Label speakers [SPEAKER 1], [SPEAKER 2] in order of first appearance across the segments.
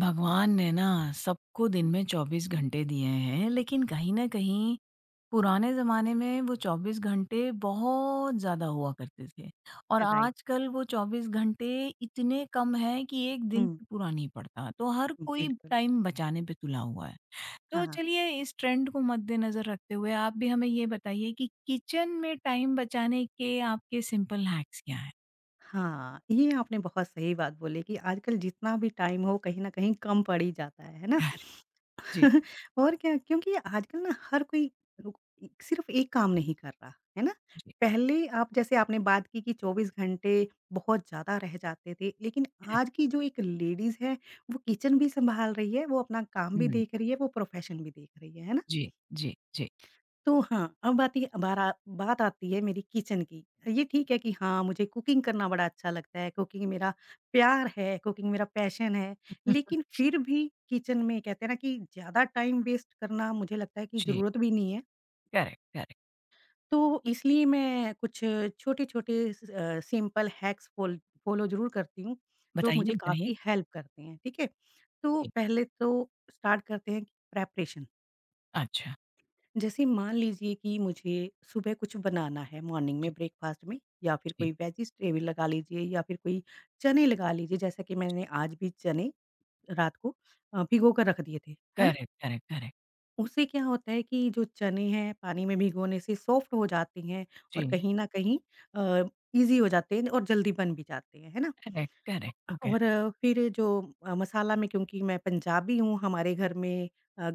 [SPEAKER 1] भगवान ने ना सबको दिन में 24 घंटे दिए हैं, लेकिन कहीं ना कहीं पुराने जमाने में वो 24 घंटे बहुत ज्यादा हुआ करते थे और
[SPEAKER 2] राइट।
[SPEAKER 1] आजकल वो 24 घंटे इतने कम हैं कि एक दिन
[SPEAKER 2] हुँ,
[SPEAKER 1] भी पूरा नहीं पड़ता। तो हर कोई
[SPEAKER 2] बिल्कुल।
[SPEAKER 1] टाइम बचाने पे तुला हुआ है। तो
[SPEAKER 2] हाँ,
[SPEAKER 1] चलिए, इस ट्रेंड को मद्देनजर रखते हुए आप भी हमें ये बताइए कि किचन में टाइम बचाने के आपके सिंपल हैक्स क्या है।
[SPEAKER 2] हाँ, ये आपने बहुत सही बात बोली कि आजकल जितना भी टाइम हो कहीं न कहीं कम पड़ ही जाता है ना?
[SPEAKER 1] जी।
[SPEAKER 2] और क्या क्योंकि आजकल ना हर कोई रुक सिर्फ़ एक काम नहीं कर रहा, है ना?
[SPEAKER 1] जी।
[SPEAKER 2] पहले आप जैसे आपने बात की कि 24 घंटे बहुत ज़्यादा रह जाते थे, लेकिन आज की जो एक लेडीज़ है, वो किचन भी सँभाल रही है, वो अपना काम भी
[SPEAKER 1] हम्म।
[SPEAKER 2] देख रही है, वो प्रोफ़ेशन भी देख रही है ना?
[SPEAKER 1] जी। जी जी।
[SPEAKER 2] तो हाँ, अब आती बारा बात आती है मेरी किचन की। ये ठीक है कि हाँ, मुझे कुकिंग करना बड़ा अच्छा लगता है, कुकिंग मेरा प्यार है, कुकिंग मेरा पैशन है। लेकिन फिर भी किचन में कहते हैं ना कि ज़्यादा टाइम वेस्ट करना मुझे लगता है कि
[SPEAKER 1] जी।
[SPEAKER 2] ज़रूरत भी नहीं है।
[SPEAKER 1] Correct, correct.
[SPEAKER 2] तो इसलिए मैं कुछ छोटे-छोटे सिंपल हैक्स फ़ोल फ़ॉलो ज़रूर करती हूँ, जो
[SPEAKER 1] बताइए,
[SPEAKER 2] मुझे
[SPEAKER 1] बताइए?
[SPEAKER 2] काफ़ी हेल्प करते हैं, ठीक है? तो
[SPEAKER 1] जी।
[SPEAKER 2] पहले तो स्टार्ट करते हैं प्रेपरेशन
[SPEAKER 1] अच्छा।
[SPEAKER 2] जैसे मान लीजिए कि मुझे सुबह कुछ बनाना है मॉर्निंग में
[SPEAKER 1] जी,
[SPEAKER 2] ब्रेकफास्ट में या फिर
[SPEAKER 1] जी।
[SPEAKER 2] कोई वेजिटेबल लगा लीजिए या फिर कोई चने लगा लीजिए जैसा कि मैंने आज भी चने रात को भिगो कर रख दिए थे है ना
[SPEAKER 1] करेक्ट, करेक्ट, करेक्ट।
[SPEAKER 2] उससे क्या होता है कि जो चने हैं पानी में भिगोने से सॉफ्ट हो जाते हैं और
[SPEAKER 1] जी।
[SPEAKER 2] कहीं ना कहीं इजी हो जाते हैं और जल्दी बन भी जाते हैं है ना
[SPEAKER 1] करेक्ट, करेक्ट। ओके।
[SPEAKER 2] और फिर जो मसाला में क्योंकि मैं पंजाबी हूँ हमारे घर में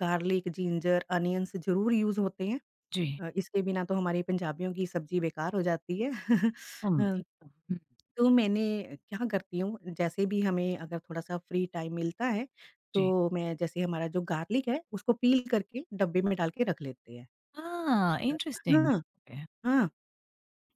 [SPEAKER 2] गार्लिक जिंजर अनियंस जरूर यूज होते हैं
[SPEAKER 1] जी।
[SPEAKER 2] इसके बिना तो हमारी पंजाबियों की सब्ज़ी बेकार हो जाती है।
[SPEAKER 1] हुँ,
[SPEAKER 2] अ,
[SPEAKER 1] एकदम, हुँ।
[SPEAKER 2] तो मैंने क्या करती हूँ, जैसे भी हमें अगर थोड़ा-सा फ्री टाइम मिलता है,
[SPEAKER 1] जी।
[SPEAKER 2] तो मैं जैसे हमारा जो गार्लिक है, उसको पील करके डब्बे में डाल के रख लेते हैं।
[SPEAKER 1] हाँ,
[SPEAKER 2] अ,
[SPEAKER 1] इंटरेस्टिंग।
[SPEAKER 2] हाँ,
[SPEAKER 1] ओके।
[SPEAKER 2] हाँ।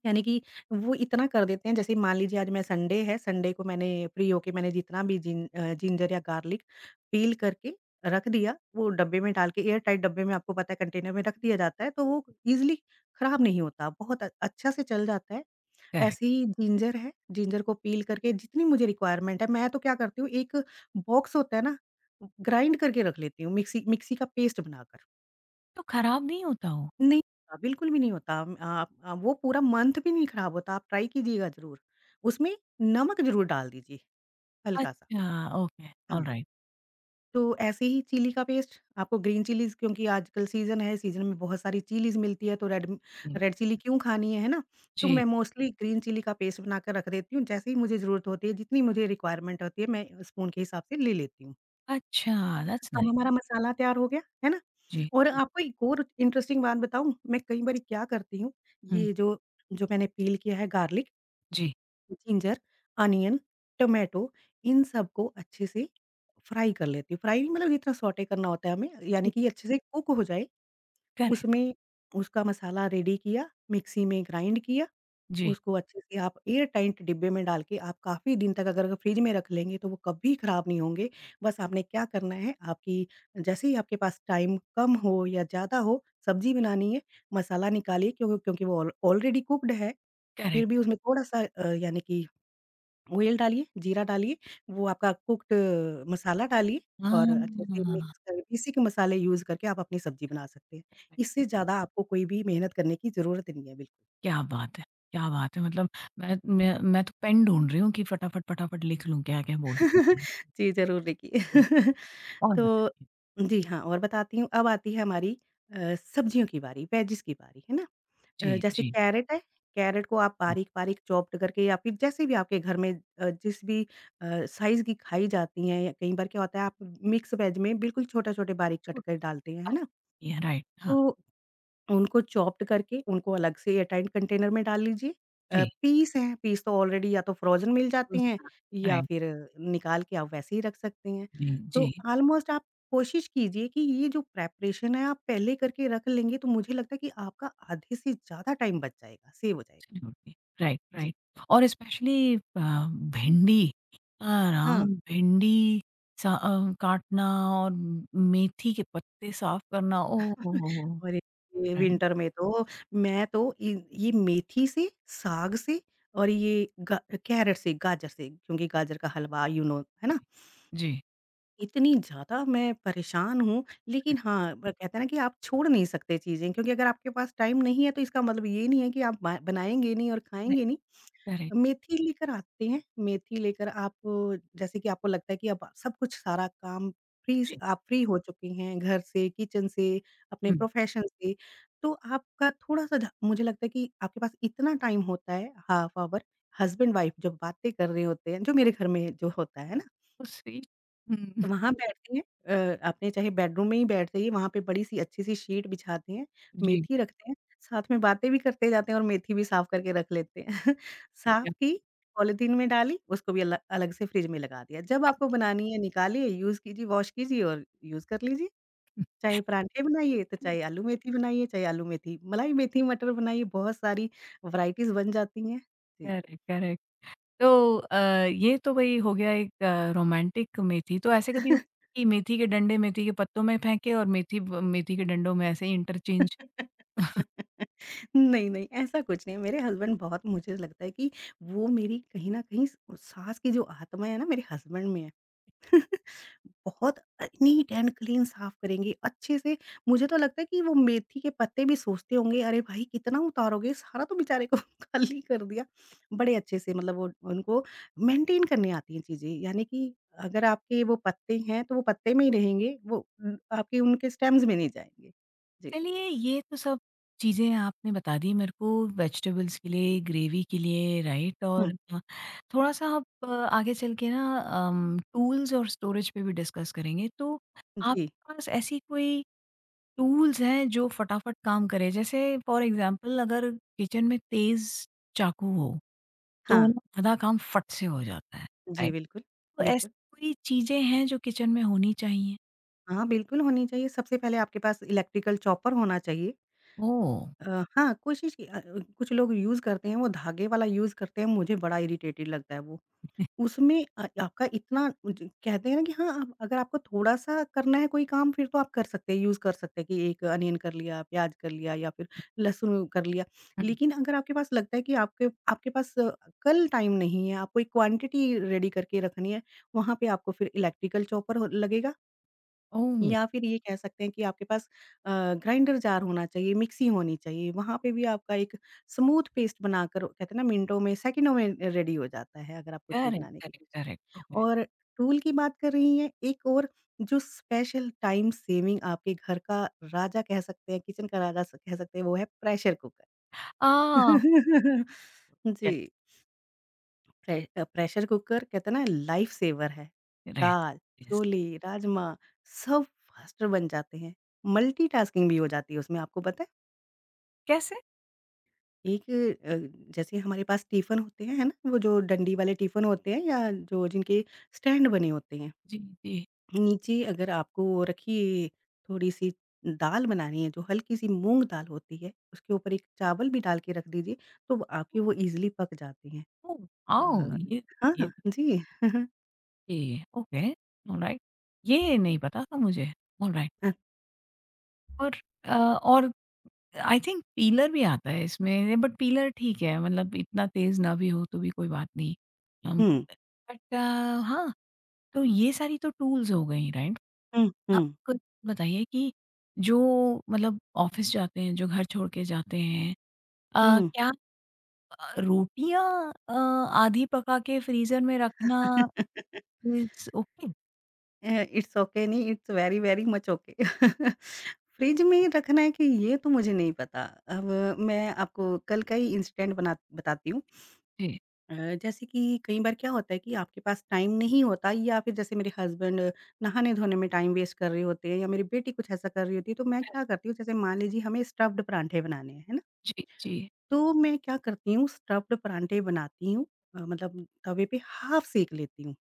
[SPEAKER 2] यानी कि वो इतना कर देते हैं जैसे मान लीजिए आज मैं संडे है, संडे को मैंने फ्री होके मैंने जितना भी जिंजर या गार्लिक पील करके रख दिया, वो डब्बे में डाल के एयर टाइट डब्बे में आपको पता है कंटेनर में रख दिया जाता है, तो वो ईज़िली खराब नहीं होता, बहुत अच्छा से चल जाता है।
[SPEAKER 1] करेक्ट।
[SPEAKER 2] ऐसे ही जिंजर है, जिंजर को पील करके जितनी मुझे रिक्वायरमेंट है, मैं तो क्या करती हूँ एक बॉक्स होता है ना, ग्राइंड करके रख लेती हूँ मिक्सी मिक्सी का पेस्ट बनाकर।
[SPEAKER 1] तो खराब नहीं होता वो?
[SPEAKER 2] नहीं होता, बिल्कुल भी नहीं होता। आप वो पूरा मंथ भी नहीं खराब होता, आप ट्राई कीजिएगा ज़रूर। उसमें नमक ज़रूर डाल दीजिए, हल्का-सा।
[SPEAKER 1] अच्छा, ओके,
[SPEAKER 2] हाँ।
[SPEAKER 1] ऑलराइट।
[SPEAKER 2] तो ऐसे ही चिली का पेस्ट आपको ग्रीन चिलीज़ क्योंकि आजकल सीज़न है, सीज़न में बहुत सारी चिलीज़ मिलती है, तो
[SPEAKER 1] हुँ, जी।
[SPEAKER 2] रेड चिली क्यों खानी है ना? तो मैं
[SPEAKER 1] जी,
[SPEAKER 2] मोस्टली ग्रीन चिली का पेस्ट बनाकर रख देती हूँ, जैसे ही मुझे ज़रूरत होती है, जितनी मुझे रिक्वायरमेंट होती है, मैं स्पून के हिसाब से ले लेती हूँ।
[SPEAKER 1] अच्छा, दैट्स
[SPEAKER 2] अब
[SPEAKER 1] नाइस।
[SPEAKER 2] हमारा मसाला तैयार हो गया, है ना?
[SPEAKER 1] जी,
[SPEAKER 2] और
[SPEAKER 1] जी।
[SPEAKER 2] आपको एक और इंटरेस्टिंग बात बताऊँ, मैं कई बारी क्या करती हूँ,
[SPEAKER 1] हुँ।
[SPEAKER 2] ये जो जो मैंने पील किया है गार्लिक
[SPEAKER 1] जी,
[SPEAKER 2] जिंजर, अनियन, टोमेटो इन सबको अच्छे से फ्राई कर लेती हूँ। फ्राई नहीं मतलब इतना सौटे करना होता है हमें, यानी
[SPEAKER 1] जी,
[SPEAKER 2] कि ये अच्छे से कुक हो जाए,
[SPEAKER 1] करेक्ट।
[SPEAKER 2] उसमें उसका मसाला रेडी किया, मिक्सी में ग्राइंड किया
[SPEAKER 1] जी।
[SPEAKER 2] उसको अच्छे से आप एयर टाइट डिब्बे में डाल के आप काफ़ी दिन तक अगर फ्रिज में रख लेंगे तो वो कभी ख़राब नहीं होंगे। बस आपने क्या करना है आपकी जैसे ही आपके पास टाइम कम हो या ज़्यादा हो, सब्ज़ी बनानी है, मसाला निकालिए क्यों क्योंकि वो ऑल ऑलरेडी कुक्ड है, फिर भी
[SPEAKER 1] करेक्ट।
[SPEAKER 2] उसमें थोड़ा-सा यानी कि ऑयल डालिए, जीरा डालिए, वो आपका कुक्ड मसाला डालिए और
[SPEAKER 1] हाँ।
[SPEAKER 2] अच्छे से मिक्स कर बेसिक मसाले यूज़ करके आप अपनी सब्ज़ी बना सकते हैं। इससे ज़्यादा आपको कोई भी मेहनत करने की ज़रूरत नहीं है। बिल्कुल।
[SPEAKER 1] क्या बात है! क्या बात है! मतलब मैं तो पेन ढूँढ रही हूँ कि फटाफट, फटाफट लिख लूँ क्या-क्या बोलना है।
[SPEAKER 2] जी, ज़रूर देखिए।
[SPEAKER 1] और
[SPEAKER 2] तो
[SPEAKER 1] बताइए।
[SPEAKER 2] जी हाँ, और बताती हूँ अब आती है हमारी सब्जियों की बारी, वेजिज़ की बारी, है ना?
[SPEAKER 1] जी,
[SPEAKER 2] जैसे
[SPEAKER 1] जी,
[SPEAKER 2] कैरेट है, कैरेट को आप
[SPEAKER 1] जी।
[SPEAKER 2] बारीक-बारीक चॉप्ड करके या फिर जैसे भी आपके घर में जिस भी साइज़ की खाई जाती हैं या कई बार क्या होता है आप मिक्स वेज में बिल्कुल छोटे-छोटे बारीक कट कर डालते हैं, है
[SPEAKER 1] छोटा-छोटा,
[SPEAKER 2] ना?
[SPEAKER 1] ये राइट, हाँ।
[SPEAKER 2] तो उनको चॉप्ड करके उनको अलग से एयरटाइट कंटेनर में डाल लीजिए।
[SPEAKER 1] जी,
[SPEAKER 2] पीस हैं, पीस तो ऑलरेडी या तो फ्रोज़न मिल जाते हैं
[SPEAKER 1] दूसरा,
[SPEAKER 2] या
[SPEAKER 1] राइट,
[SPEAKER 2] फिर निकाल के आप वैसे ही रख सकते हैं।
[SPEAKER 1] जी,
[SPEAKER 2] तो
[SPEAKER 1] जी,
[SPEAKER 2] ऑलमोस्ट आप कोशिश कीजिए कि ये जो प्रिपरेशन है आप पहले करके रख लेंगे तो मुझे लगता है कि आपका आधे से ज़्यादा टाइम बच जाएगा, सेव हो जाएगा।
[SPEAKER 1] एब्सोल्युटली, राइट,
[SPEAKER 2] जी,
[SPEAKER 1] राइट। और स्पेशली भिंडी,
[SPEAKER 2] हाँ।
[SPEAKER 1] आराम भिंडी काटना और मेथी के पत्ते साफ करना, ओह हो, हो!
[SPEAKER 2] और ये
[SPEAKER 1] राइट,
[SPEAKER 2] विंटर में तो मैं तो इ ये मेथी से, साग से और ये गा कैरट से, गाजर से क्योंकि गाजर का हलवा यू नौ है ना?
[SPEAKER 1] जी, जी,
[SPEAKER 2] इतनी ज़्यादा मैं परेशान हूँ, लेकिन हाँ, ब कहते हैं ना कि आप छोड़ नहीं सकते चीज़ें क्योंकि अगर आपके पास टाइम नहीं है, तो इसका मतलब ये नहीं है कि आप बा बनाएँगे नहीं और
[SPEAKER 1] राइट,
[SPEAKER 2] खाएँगे नहीं।
[SPEAKER 1] करेक्ट,
[SPEAKER 2] मेथी लेकर आते हैं, मेथी लेकर आप जैसे कि आपको लगता है कि अब सब कुछ सारा काम फ्री से
[SPEAKER 1] जी,
[SPEAKER 2] आप फ्री हो चुके हैं घर से, किचन से, अपने
[SPEAKER 1] हुँ,
[SPEAKER 2] प्रोफ़ेशन से, तो आपका थोड़ा-सा ध मुझे लगता है कि आपके पास इतना टाइम होता है, हाफ़ ऑवर हस्बैंड-वाइफ जब बातें कर रहे होते हैं, जो मेरे घर में जो होता है ना
[SPEAKER 1] उसी, हुँ,
[SPEAKER 2] वहाँ बैठते हैं आपने चाहे बेडरूम में ही बैठ जाइए, वहाँ पे बड़ी-सी अच्छी-सी शीट बिछाते हैं,
[SPEAKER 1] जी।
[SPEAKER 2] मेथी रखते हैं, साथ में बातें भी करते जाते हैं और मेथी भी साफ करके रख लेते हैं।
[SPEAKER 1] ठीक
[SPEAKER 2] साफ
[SPEAKER 1] है।
[SPEAKER 2] की, पॉलीथीन में डाली, उसको भी अल अलग से फ्रिज में लगा दिया। जब आपको बनानी है निकालिए, यूज़ कीजिए, वॉश कीजिए और यूज़ कर लीजिए। चाहे परांठे बनाइए, तो चाहे आलू मेथी बनाइए, चाहे आलू मेथी मलाई मेथी मटर बनाइए, बहुत सारी वैराइटीज़ बन जाती हैं। जी।
[SPEAKER 1] Correct, correct. तो अ, ये तो भई हो गया एक रोमांटिक मेथी। तो ऐसे कभी हुआ कि मेथी के डंडे मेथी के पत्तों में फेंके और मेथी ब मेथी के डंडों में ऐसे ही इंटरचेंज।
[SPEAKER 2] नहीं, नहीं, ऐसा कुछ नहीं है। मेरे हस्बैंड बहुत मुझे लगता है कि वो मेरी कहीं न कहीं स सास की जो आत्मा है ना मेरे हस्बैंड में है। बहुत नीट एंड क्लीन साफ करेंगे, अच्छे से मुझे तो लगता है कि वो मेथी के पत्ते भी सोचते होंगे, "अरे भाई! कितना उतारोगे? सारा तो बेचारे को खाली कर दिया।" बड़े अच्छे से मतलब वो उनको मेंटेन करने आती हैं चीज़ें। यानी कि अगर आपके वो पत्ते हैं, तो वो पत्ते में ही रहेंगे, वो आपके उनके स्टेम्स में नहीं जाएँगे। जी।
[SPEAKER 1] चलिए, ये तो सब चीज़ें आपने बता दी मेरे को, वेजिटेबल्स के लिए, ग्रेवी के लिए, राइट।
[SPEAKER 2] हुँ।
[SPEAKER 1] और थोड़ा-सा आप आगे चल के ना टूल्स और स्टोरेज पे भी डिस्कस करेंगे। तो
[SPEAKER 2] जी,
[SPEAKER 1] आपके पास ऐसी कोई टूल्स हैं जो फटाफट काम करें? जैसे फॉर एग्ज़ाम्पल, अगर किचन में तेज़ चाकू हो, तो
[SPEAKER 2] हाँ।
[SPEAKER 1] ना आधा काम फट से हो जाता है,
[SPEAKER 2] जी,
[SPEAKER 1] राइट?
[SPEAKER 2] बिल्कुल,
[SPEAKER 1] तो ऐसी
[SPEAKER 2] बिल्कुल।
[SPEAKER 1] कोई चीज़ें हैं जो किचन में होनी चाहिए?
[SPEAKER 2] हाँ, बिल्कुल होनी चाहिए। सबसे पहले आपके पास इलेक्ट्रिकल चॉपर होना चाहिए।
[SPEAKER 1] ओह!
[SPEAKER 2] हाँ, कुछ लोग यूज़ करते हैं, वो धागे वाला यूज़ करते हैं, मुझे बड़ा इरिटेटेड लगता है वो। उसमें आपका इतना ज कहते हैं ना कि हाँ, आप अगर आपको थोड़ा-सा करना है कोई काम फिर तो आप कर सकते हैं, यूज़ कर सकते हैं कि एक अनियन कर लिया, प्याज़ कर लिया या फिर लहसुन कर लिया।
[SPEAKER 1] हुँ।
[SPEAKER 2] लेकिन अगर आपके पास लगता है कि आपके आपके पास कल टाइम नहीं है, आपको एक क्वांटिटी रेडी करके रखनी है, वहाँ पे आपको फिर इलेक्ट्रिकल चॉपर हो लगेगा
[SPEAKER 1] ओह!
[SPEAKER 2] या फिर ये कह सकते हैं कि आपके पास ग्राइंडर जार होना चाहिए, मिक्सी होनी चाहिए, वहाँ पे भी आपका एक स्मूथ पेस्ट बनाकर कहते हैं ना मिनटों में, सेकंडों में रेडी हो जाता है, अगर आप कुछ भी
[SPEAKER 1] करेक्ट,
[SPEAKER 2] बनाने की
[SPEAKER 1] करेक्ट,
[SPEAKER 2] कोशिश करें।
[SPEAKER 1] Correct, okay.
[SPEAKER 2] और टूल की बात कर रही हैं, एक और जो स्पेशल टाइम सेविंग आपके घर का राजा कह सकते हैं, किचन का राजा स कह सकते हैं, वो है प्रेशर कुकर।
[SPEAKER 1] आह! यस,
[SPEAKER 2] जी। प्रेशर कुकर कहते हैं ना लाइफ सेवर है।
[SPEAKER 1] रेस्ट,
[SPEAKER 2] दाल,
[SPEAKER 1] यस।
[SPEAKER 2] छोले, राजमा सब फास्टर बन जाते हैं। मल्टीटास्किंग भी हो जाती है उसमें आपको पता है?
[SPEAKER 1] कैसे?
[SPEAKER 2] एक जैसे हमारे पास टिफ़िन होते हैं, है ना? वो जो डंडी वाले टिफ़िन होते हैं या जो जिनके स्टैंड बने होते हैं।
[SPEAKER 1] जी, जी।
[SPEAKER 2] नीचे अगर आपको वो रखिए थोड़ी-सी दाल बनानी है जो हल्की-सी मूँग दाल होती है, उसके ऊपर एक चावल भी डाल के रख दीजिए तो वो आपके वो ईज़िली पक जाते हैं।
[SPEAKER 1] ओह! वाओ!
[SPEAKER 2] अ, हाँ,
[SPEAKER 1] ये
[SPEAKER 2] हाँ जी।
[SPEAKER 1] ये ओके, ऑलराइट। ये नहीं पता था मुझे, ऑलराइट।
[SPEAKER 2] अ,
[SPEAKER 1] और अ, और आई थिंक पीलर भी आता है इसमें, बट पीलर ठीक है, मतलब इतना तेज़ ना भी हो तो भी कोई बात नहीं। हम,
[SPEAKER 2] हुँ।
[SPEAKER 1] बट हाँ। तो ये सारी तो टूल्स हो गई, राइट?
[SPEAKER 2] हुँ,
[SPEAKER 1] आप
[SPEAKER 2] हुँ,
[SPEAKER 1] खुद बताइए कि जो मतलब ऑफ़िस जाते हैं, जो घर छोड़ के जाते हैं,
[SPEAKER 2] हुँ।
[SPEAKER 1] क्या रोटियाँ आधी पका के फ्रीज़र में
[SPEAKER 2] अ,
[SPEAKER 1] रखना इज़ ओके?
[SPEAKER 2] इट्स ओके नहीं, it's very, very much okay. Fridge में रखना है कि ये तो मुझे नहीं पता। अब मैं आपको कल का ही इंसिडेंट बना बताती हूँ।
[SPEAKER 1] जी,
[SPEAKER 2] अ, जैसे कि कई बार क्या होता है कि आपके पास टाइम नहीं होता या फिर जैसे मेरे हस्बैंड नहाने-धोने में टाइम वेस्ट कर रहे होते हैं या मेरी बेटी कुछ ऐसा कर रही होती है, तो मैं क्या
[SPEAKER 1] करेक्ट,
[SPEAKER 2] करती हूँ, जैसे मान लीजिए हमें स्टफ़्ड पराठे बनाने हैं, है ना?
[SPEAKER 1] जी, जी।
[SPEAKER 2] तो मैं क्या करती हूँ, स्टफ़्ड पराठे बनाती हूँ। मतलब तवे पे हाफ़ सेक लेती हूँ।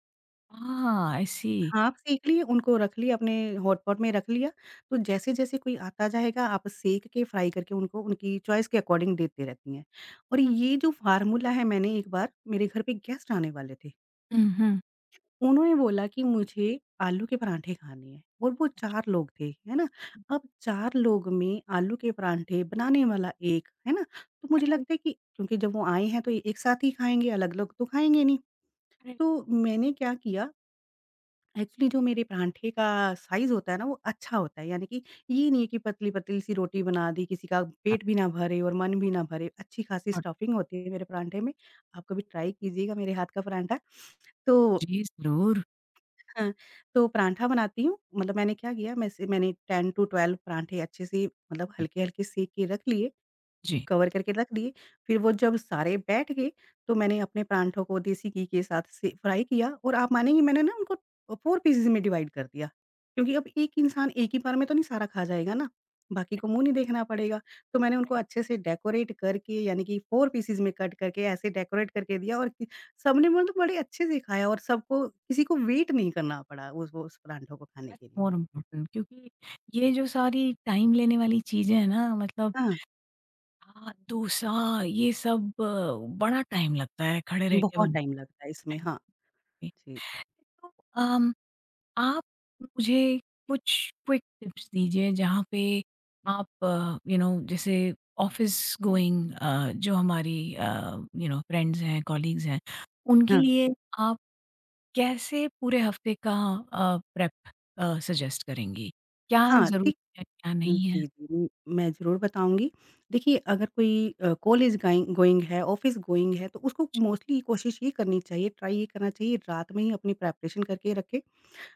[SPEAKER 1] हाँ, आई सी।
[SPEAKER 2] हाँ, आप सेंक लिए, उनको रख लिए अपने हॉटपॉट में रख लिया, तो जैसे-जैसे कोई आता जाएगा आप सेंक के फ्राई करके उनको उनकी चॉइस के अकॉर्डिंग देते रहती हैं। और ये जो फ़ॉर्मूला है, मैंने एक बार मेरे घर पे गेस्ट आने वाले थे,
[SPEAKER 1] हुँ, हुँ।
[SPEAKER 2] उन्होंने बोला कि मुझे आलू के पराठे खाने हैं और वो 4 लोग थे, है ना? अब 4 लोग में आलू के पराठे बनाने वाला 1, है ना? तो मुझे
[SPEAKER 1] राइट,
[SPEAKER 2] लगता है कि क्योंकि जब वो आए हैं तो ये एक साथ ही खाएँगे, अलग-अलग तो खाएँगे नहीं।
[SPEAKER 1] राइट।
[SPEAKER 2] तो मैंने क्या किया, एक्चुअली जो मेरे पराँठे का साइज़ होता है ना वो अच्छा होता है, यानी कि ये नहीं है कि पतली-पतली सी रोटी बना दी, किसी का
[SPEAKER 1] अ,
[SPEAKER 2] पेट भी ना भरे और मन भी ना भरे, अच्छी खासी
[SPEAKER 1] और
[SPEAKER 2] स्टफिंग होती है मेरे पराँठे में। आप कभी ट्राई कीजिएगा मेरे हाथ का पराँठा। तो
[SPEAKER 1] जी, ज़रूर।
[SPEAKER 2] हाँ, तो पराँठा बनाती हूँ, मतलब मैंने क्या किया, मैंने 10 टू 12 पराँठे अच्छे से मतलब
[SPEAKER 1] जी,
[SPEAKER 2] हल्के-हल्के सेक के रख लिए।
[SPEAKER 1] जी।
[SPEAKER 2] कवर करके रख दिए, फिर वो जब सारे बैठ गए, तो मैंने अपने परांठों को देसी घी के साथ से फ्राई किया और आप मानेंगी मैंने ना उनको 4 पीसेज़ में डिवाइड कर दिया, क्योंकि अब एक इंसान एक ही बार में तो नहीं सारा खा जाएगा ना, बाकी को
[SPEAKER 1] करेक्ट,
[SPEAKER 2] मुँह नहीं देखना पड़ेगा। तो मैंने उनको
[SPEAKER 1] करेक्ट।
[SPEAKER 2] अच्छे से डेकोरेट करके यानी कि 4 पीसेज़ में कट करके ऐसे डेकोरेट करके दिया और कि सबने मतलब बड़े अच्छे से खाया और सबको किसी को वेट नहीं करना पड़ा उस परांठों को खाने
[SPEAKER 1] दैट्स
[SPEAKER 2] के लिए।
[SPEAKER 1] मोर इम्पोर्टेंट, क्योंकि ये जो सारी टाइम लेने वाली चीज़ें हैं ना मतलब,
[SPEAKER 2] हाँ,
[SPEAKER 1] हाँ, डोसा, ये सब बड़ा टाइम लगता है खड़े रह के
[SPEAKER 2] बहुत टाइम
[SPEAKER 1] बनता
[SPEAKER 2] लगता है इसमें।
[SPEAKER 1] है।
[SPEAKER 2] हाँ, जी।
[SPEAKER 1] तो अम, आप मुझे कुछ क्विक टिप्स दीजिए जहाँ पे आप यू नो जैसे ऑफिस गोइंग, जो हमारी यू नो फ्रेंड्स हैं, कॉलीग्स हैं, उनके
[SPEAKER 2] हाँ,
[SPEAKER 1] लिए आप कैसे पूरे हफ्ते का प्रेप सजेस्ट करेंगी? क्या
[SPEAKER 2] हाँ,
[SPEAKER 1] ज़रूरी
[SPEAKER 2] ठीक।
[SPEAKER 1] है, क्या नहीं है?
[SPEAKER 2] जी, जी, मैं ज़रूर बताऊँगी। देखिए अगर कोई कॉलेज गाइंग गोइंग है, ऑफ़िस गोइंग है, तो उसको मोस्टली कोशिश ये करनी चाहिए, ट्राई ये करना चाहिए रात में ही अपनी प्रिपरेशन करके रखे।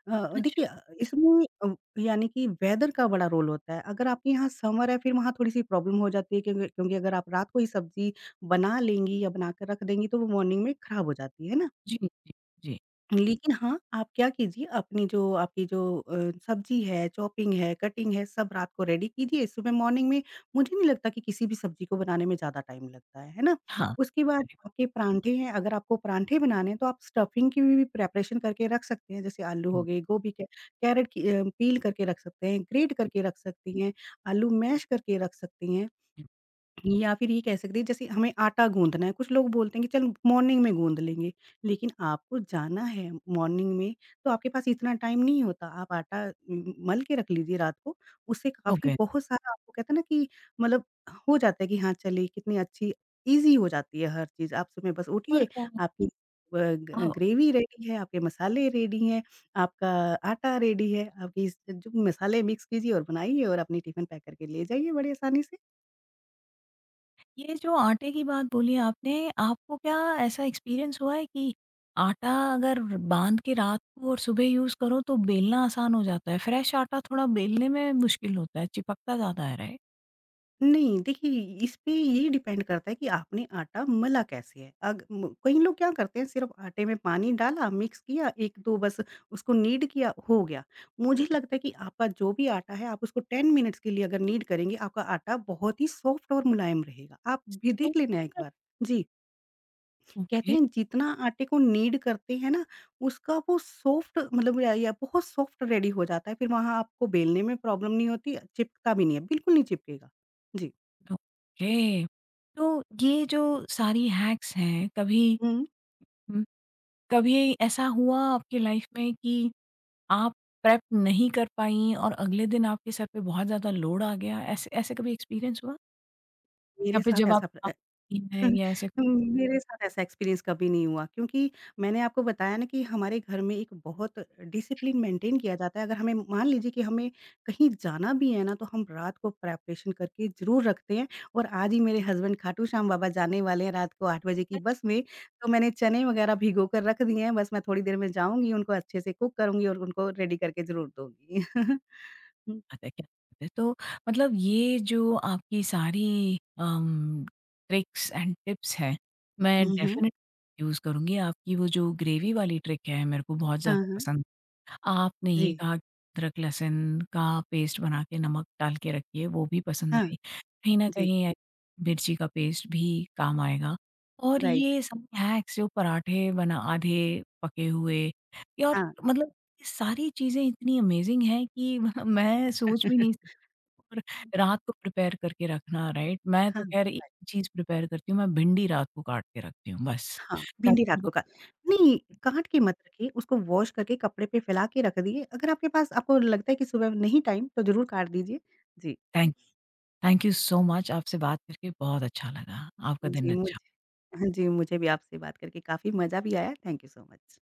[SPEAKER 2] देखिए अ,
[SPEAKER 1] अच्छा,
[SPEAKER 2] इसमें अ, यानी कि वेदर का बड़ा रोल होता है। अगर आपके यहाँ समर है फिर वहाँ थोड़ी-सी प्रॉब्लम हो जाती है, क्योंकि क्योंकि अगर आप रात को ही सब्ज़ी बना लेंगी या बनाकर रख देंगी तो वो मॉर्निंग में खराब हो जाती है ना?
[SPEAKER 1] जी, जी, जी।
[SPEAKER 2] लेकिन हाँ, आप क्या कीजिए, अपनी जो आपकी जो सब्ज़ी है, चॉपिंग है, कटिंग है, सब रात को रेडी कीजिए। सुबह मॉर्निंग में मुझे नहीं लगता कि किसी भी सब्ज़ी को बनाने में ज़्यादा टाइम लगता है ना?
[SPEAKER 1] हाँ,
[SPEAKER 2] उसके बाद
[SPEAKER 1] करेक्ट,
[SPEAKER 2] आपके परांठे हैं, अगर आपको परांठे बनाने हैं तो आप स्टफिंग की भी प्रिपरेशन करके रख सकते हैं। जैसे आलू हो
[SPEAKER 1] हुँ,
[SPEAKER 2] गए, गोभी के कैरेट की पील करके रख सकते हैं, ग्रेट करके रख सकती हैं, आलू मैश करके रख सकती हैं।
[SPEAKER 1] हुँ,
[SPEAKER 2] या फिर ये कह सकते हैं जैसे हमें आटा गूँधना है, कुछ लोग बोलते हैं कि चल मॉर्निंग में गूँध लेंगे, लेकिन आपको जाना है मॉर्निंग में, तो आपके पास इतना टाइम नहीं होता। आप आटा उम, मल के रख लीजिए रात को, उससे काफ़ी
[SPEAKER 1] ओके।
[SPEAKER 2] बहुत सारा आपको कहते हैं ना कि मतलब हो जाता है कि हाँ, चलिए कितनी अच्छी ईज़ी हो जाती है हर चीज़। आप सुबह बस
[SPEAKER 1] और
[SPEAKER 2] उठिए, आपकी अ,
[SPEAKER 1] अ,
[SPEAKER 2] ग ग्रेवी रेडी है, आपके मसाले रेडी हैं, आपका आटा रेडी है, आप इस जो मसाले मिक्स कीजिए और बनाइए और अपनी टिफ़िन पैक करके ले जाइए बड़ी आसानी से।
[SPEAKER 1] ये जो आटे की बात बोली आपने, आपको क्या ऐसा एक्सपीरियंस हुआ है कि आटा अगर बाँध के रात को और सुबह यूज़ करो तो बेलना आसान हो जाता है, फ्रेश आटा थोड़ा बेलने में मुश्किल होता है, चिपकता ज़्यादा है, राइट?
[SPEAKER 2] नहीं, देखिए इसपे ये डिपेंड करता है कि आपने आटा मला कैसे है। अग म कई लोग क्या करते हैं सिर्फ़ आटे में पानी डाला, मिक्स किया, 1-2 बस उसको नीड किया, हो गया। मुझे लगता है कि आपका जो भी आटा है आप उसको 10 मिनट्स के लिए अगर नीड करेंगे, आपका आटा बहुत ही सॉफ्ट और मुलायम रहेगा। आप भी देख लेना एक बार। जी, कहते
[SPEAKER 1] ओके।
[SPEAKER 2] हैं जितना आटे को नीड करते हैं ना, उसका वो सॉफ्ट मतलब या बहुत सॉफ्ट रेडी हो जाता है। फिर वहाँ आपको बेलने में प्रॉब्लम नहीं होती, चिपकता भी नहीं है, बिल्कुल नहीं चिपकेगा। जी।
[SPEAKER 1] ओके। तो ये जो सारी हैक्स हैं, कभी
[SPEAKER 2] हुँ।
[SPEAKER 1] उम, कभी ऐसा हुआ आपकी लाइफ़ में कि आप प्रेप नहीं कर पाईं और अगले दिन आपके सर पे बहुत ज़्यादा लोड आ गया, ऐसे ऐसे कभी एक्सपीरियंस हुआ? या
[SPEAKER 2] मेरे
[SPEAKER 1] फिर
[SPEAKER 2] साथ
[SPEAKER 1] जब आप
[SPEAKER 2] ऐसा प्र
[SPEAKER 1] आप है या ऐसे,
[SPEAKER 2] मेरे साथ ऐसा एक्सपीरियंस कभी नहीं हुआ क्योंकि मैंने आपको बताया ना कि हमारे घर में एक बहुत डिसिप्लिन मेंटेन किया जाता है। अगर हमें मान लीजिए कि हमें कहीं जाना भी है ना, तो हम रात को प्रिपरेशन करके ज़रूर रखते हैं और आज ही मेरे हस्बैंड खाटू श्याम बाबा जाने वाले हैं रात को 8 बजे की
[SPEAKER 1] अरे! क्या
[SPEAKER 2] बस में, तो मैंने चने वगैरह भिगो कर रख दिए हैं, बस मैं थोड़ी देर में जाऊँगी, उनको अच्छे से कुक करूँगी और उनको रेडी करके ज़रूर दूँगी। हुँ,
[SPEAKER 1] बात है, क्या बात है। तो मतलब ये जो आपकी सारी अम, ट्रिक्स एंड टिप्स हैं, मैं
[SPEAKER 2] हुँ, हुँ।
[SPEAKER 1] डेफ़िनेटली यूज़ करूँगी। आपकी वो जो ग्रेवी वाली ट्रिक है मेरे को बहुत
[SPEAKER 2] हाँ,
[SPEAKER 1] ज़्यादा
[SPEAKER 2] हाँ।
[SPEAKER 1] पसंद। आपने ये
[SPEAKER 2] जी।
[SPEAKER 1] कहा कि अदरक लहसुन का पेस्ट बना के नमक डाल के रखिए, वो भी पसंद
[SPEAKER 2] हाँ,
[SPEAKER 1] आई। कहीं न
[SPEAKER 2] जी,
[SPEAKER 1] कहीं मिर्ची का पेस्ट भी काम आएगा, और
[SPEAKER 2] राइट।
[SPEAKER 1] ये सब स्नैक्स जो पराठे बना आधे पके हुए या और
[SPEAKER 2] हाँ।
[SPEAKER 1] मतलब, ये सारी चीज़ें इतनी अमेज़िंग हैं कि मैं सोच भी नहीं सकती। और रात को प्रिपेयर करके रखना, राइट? मैं
[SPEAKER 2] हाँ,
[SPEAKER 1] तो ख़ैर एक
[SPEAKER 2] राइट।
[SPEAKER 1] चीज़ प्रिपेयर करती हूँ, मैं भिंडी रात को काट के रखती हूँ बस।
[SPEAKER 2] हाँ,
[SPEAKER 1] ताकि
[SPEAKER 2] भिंडी रात को
[SPEAKER 1] बिल्कुल
[SPEAKER 2] का नहीं, काट के मत रखिए, उसको वॉश करके कपड़े पे फैला के रख दिए। अगर आपके पास आपको लगता है कि सुबह नहीं टाइम तो ज़रूर काट दीजिए। जी,
[SPEAKER 1] thank thank you so much, आपसे बात करके बहुत अच्छा लगा। आपका दिन
[SPEAKER 2] जी
[SPEAKER 1] अच्छा
[SPEAKER 2] मुझे हाँ जी, मुझे भी आपसे बात करके काफ़ी मज़ा भी आया। Thank you so much.